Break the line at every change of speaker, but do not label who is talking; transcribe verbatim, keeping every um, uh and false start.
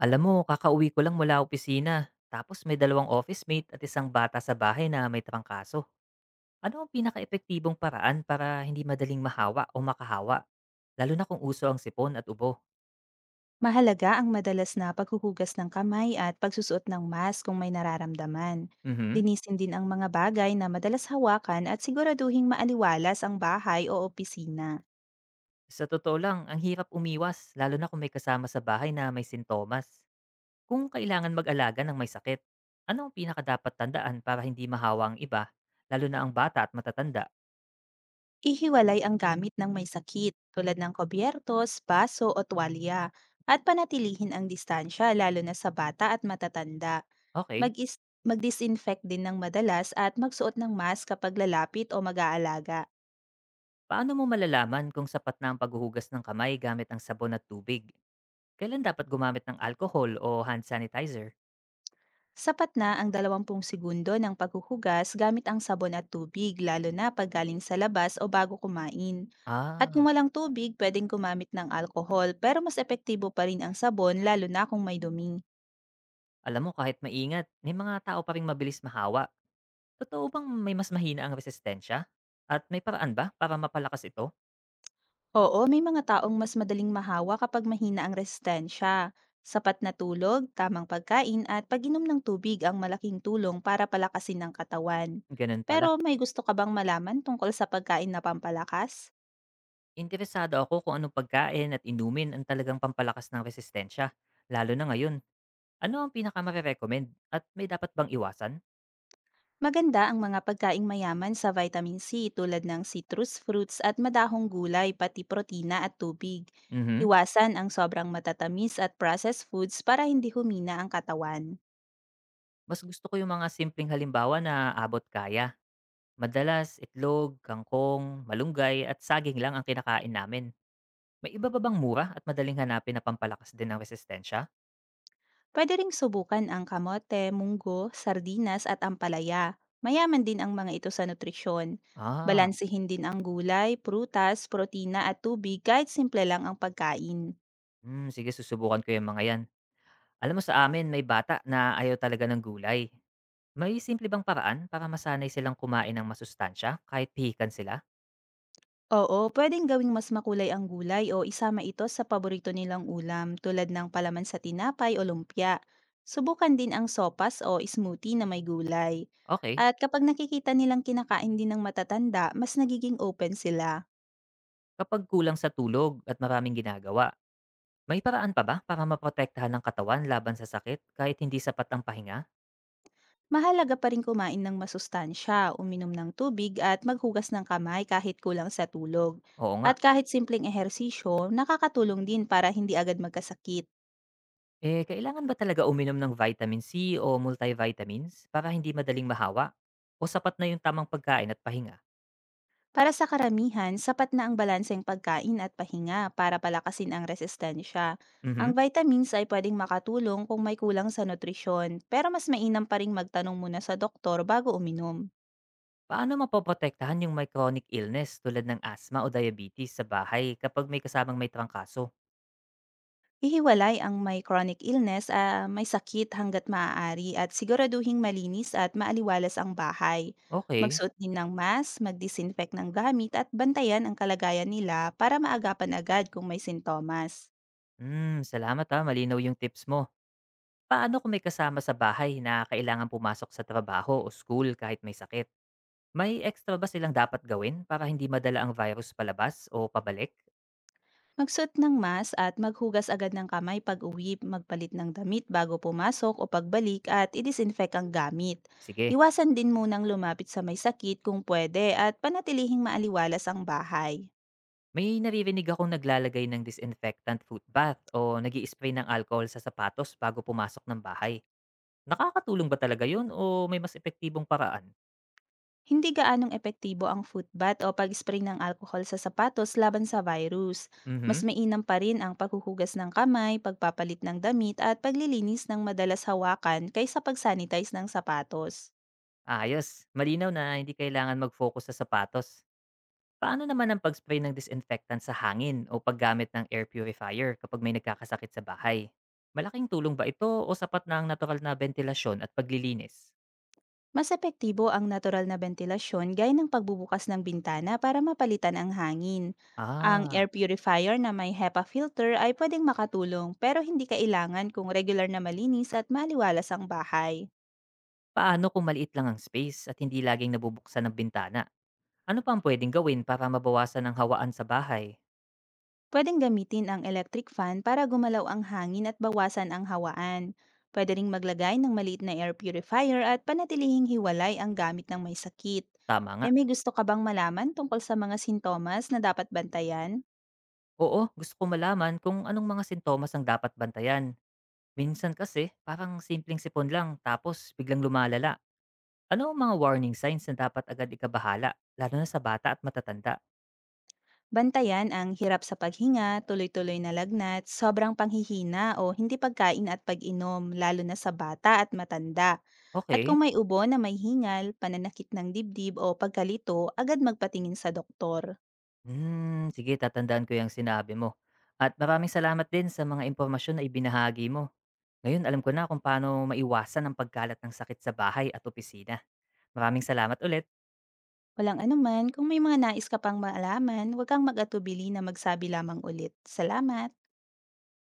Alam mo, kakauwi ko lang mula opisina. Tapos may dalawang office mate at isang bata sa bahay na may trangkaso. Ano ang pinaka-epektibong paraan para hindi madaling mahawa o makahawa? Lalo na kung uso ang sipon at ubo.
Mahalaga ang madalas na paghuhugas ng kamay at pagsusuot ng mask kung may nararamdaman.
Mhm.
Linisin din ang mga bagay na madalas hawakan at siguraduhing maaliwalas ang bahay o opisina.
Sa totoo lang, ang hirap umiwas, lalo na kung may kasama sa bahay na may sintomas. Kung kailangan mag-alaga ng may sakit, ano ang pinaka tandaan para hindi mahawa ang iba, lalo na ang bata at matatanda?
Ihiwalay ang gamit ng may sakit tulad ng kobyertos, baso o tuwalya at panatilihin ang distansya lalo na sa bata at matatanda.
Okay,
Mag-is- mag-disinfect din ng madalas at magsuot ng mask kapag lalapit o mag-aalaga.
paano mo malalaman kung sapat na ang paghuhugas ng kamay gamit ang sabon at tubig? Kailan dapat gumamit ng alcohol o hand sanitizer?
Sapat na ang dalawampung segundo ng paghuhugas gamit ang sabon at tubig, lalo na pag galing sa labas o bago kumain. At kung
Ah,
walang tubig, pwedeng gumamit ng alkohol, pero mas epektibo pa rin ang sabon, lalo na kung may dumi.
alam mo kahit maingat, may mga tao pa ring mabilis mahawa. Totoo bang may mas mahina ang resistensya? At may paraan ba para mapalakas ito?
Oo, may mga taong mas madaling mahawa kapag mahina ang resistensya. Sapat na tulog, tamang pagkain at pag-inom ng tubig ang malaking tulong para palakasin ang katawan.
Ganun
Pero
pala.
may gusto ka bang malaman tungkol sa pagkain na pampalakas?
Interesado ako kung anong pagkain at inumin ang talagang pampalakas ng resistensya. Lalo na ngayon, ano ang pinakamare-recommend at may dapat bang iwasan?
Maganda ang mga pagkaing mayaman sa vitamin C tulad ng citrus fruits at madahong gulay pati protina at tubig.
Mhm.
Iwasan ang sobrang matatamis at processed foods para hindi humina ang katawan.
Mas gusto ko yung mga simpleng halimbawa na abot kaya. Madalas, itlog, kangkong, malunggay at saging lang ang kinakain namin. May iba pa bang mura at madaling hanapin na pampalakas din ng resistensya?
Pwede ring subukan ang kamote, munggo, sardinas at ampalaya. Mayaman din ang mga ito sa nutrisyon.
Ah,
Balansehin din ang gulay, prutas, protina at tubig kahit simple lang ang pagkain.
hmm, sige susubukan ko yung mga yan. Alam mo sa amin, may bata na ayaw talaga ng gulay. May simple bang paraan para masanay silang kumain ng masustansya kahit pihikan sila?
Oo, pwedeng gawing mas makulay ang gulay o isama ito sa paborito nilang ulam tulad ng palaman sa tinapay o lumpia. Subukan din ang sopas o smoothie na may gulay.
Okay.
At kapag nakikita nilang kinakain din ng matatanda, mas nagiging open sila.
Kapag kulang sa tulog at maraming ginagawa, may paraan pa ba para maprotektahan ng katawan laban sa sakit kahit hindi sapat ang pahinga?
Mahalaga pa rin kumain ng masustansya, uminom ng tubig at maghugas ng kamay kahit kulang sa tulog.
Oo nga.
At kahit simpleng ehersisyo, nakakatulong din para hindi agad magkasakit.
Eh, kailangan ba talaga uminom ng vitamin C o multivitamins para hindi madaling mahawa? O sapat na yung tamang pagkain at pahinga?
Para sa karamihan, sapat na ang balanseng pagkain at pahinga para palakasin ang resistensya. Ang
Mhm.
vitamins ay pwedeng makatulong kung may kulang sa nutrisyon, pero mas mainam pa rin magtanong muna sa doktor bago uminom.
Paano mapoprotektahan yung may chronic illness tulad ng asthma o diabetes sa bahay kapag may kasamang may trangkaso?
Ihiwalay ang may chronic illness, ah, may sakit hanggat maaari at siguraduhing malinis at maaliwalas ang bahay.
Okay.
Magsuot din ng mask, mag-disinfect ng gamit at bantayan ang kalagayan nila para maagapan agad kung may sintomas.
Hmm, salamat ha, malinaw yung tips mo. Paano kung may kasama sa bahay na kailangan pumasok sa trabaho o school kahit may sakit? May extra ba silang dapat gawin para hindi madala ang virus palabas o pabalik?
Magsuot ng mask at maghugas agad ng kamay pag-uwi, magpalit ng damit bago pumasok o pagbalik at i-disinfect ang gamit.
Sige.
Iwasan din munang lumapit sa may sakit kung pwede at panatilihing maaliwalas ang bahay.
May naririnig akong naglalagay ng disinfectant foot bath o nag spray ng alcohol sa sapatos bago pumasok ng bahay. Nakakatulong ba talaga yun o may mas epektibong paraan?
Hindi gaanong epektibo ang foot bath o pag-spray ng alkohol sa sapatos laban sa virus. Mas
Mhm,
mainam pa rin ang paghuhugas ng kamay, pagpapalit ng damit at paglilinis ng madalas hawakan kaysa pagsanitize ng sapatos.
ayos. Malinaw na hindi kailangan mag-focus sa sapatos. Paano naman ang pag-spray ng disinfectant sa hangin o paggamit ng air purifier kapag may nagkakasakit sa bahay? Malaking tulong ba ito o sapat na ang natural na ventilasyon at paglilinis?
Mas epektibo ang natural na bentilasyon gaya ng pagbubukas ng bintana para mapalitan ang hangin. Ang
Ah,
air purifier na may HEPA filter ay pwedeng makatulong pero hindi kailangan kung regular na malinis at maliwalas ang bahay.
paano kung maliit lang ang space at hindi laging nabubuksan ang bintana? Ano pa ang pwedeng gawin para mabawasan ang hawaan sa bahay?
Pwedeng gamitin ang electric fan para gumalaw ang hangin at bawasan ang hawaan. Pwede ring maglagay ng maliit na air purifier at panatilihing hiwalay ang gamit ng may sakit.
Tama nga.
E may gusto ka bang malaman tungkol sa mga sintomas na dapat bantayan?
Oo, gusto ko malaman kung anong mga sintomas ang dapat bantayan. Minsan kasi, parang simpleng sipon lang tapos biglang lumalala. Ano ang mga warning signs na dapat agad ikabahala, lalo na sa bata at matatanda?
Bantayan ang hirap sa paghinga, tuloy-tuloy na lagnat, sobrang panghihina o hindi pagkain at pag-inom, lalo na sa bata at matanda. At
Okay.
kung may ubo na may hingal, pananakit ng dibdib o pagkalito, agad magpatingin sa doktor.
Hmm, sige, tatandaan ko yung sinabi mo. At maraming salamat din sa mga impormasyon na ibinahagi mo. Ngayon, alam ko na kung paano maiwasan ang pagkalat ng sakit sa bahay at opisina. Maraming salamat ulit.
Walang anuman, kung may mga nais ka pang malaman, huwag kang mag-atubili na magsabi lamang ulit. Salamat!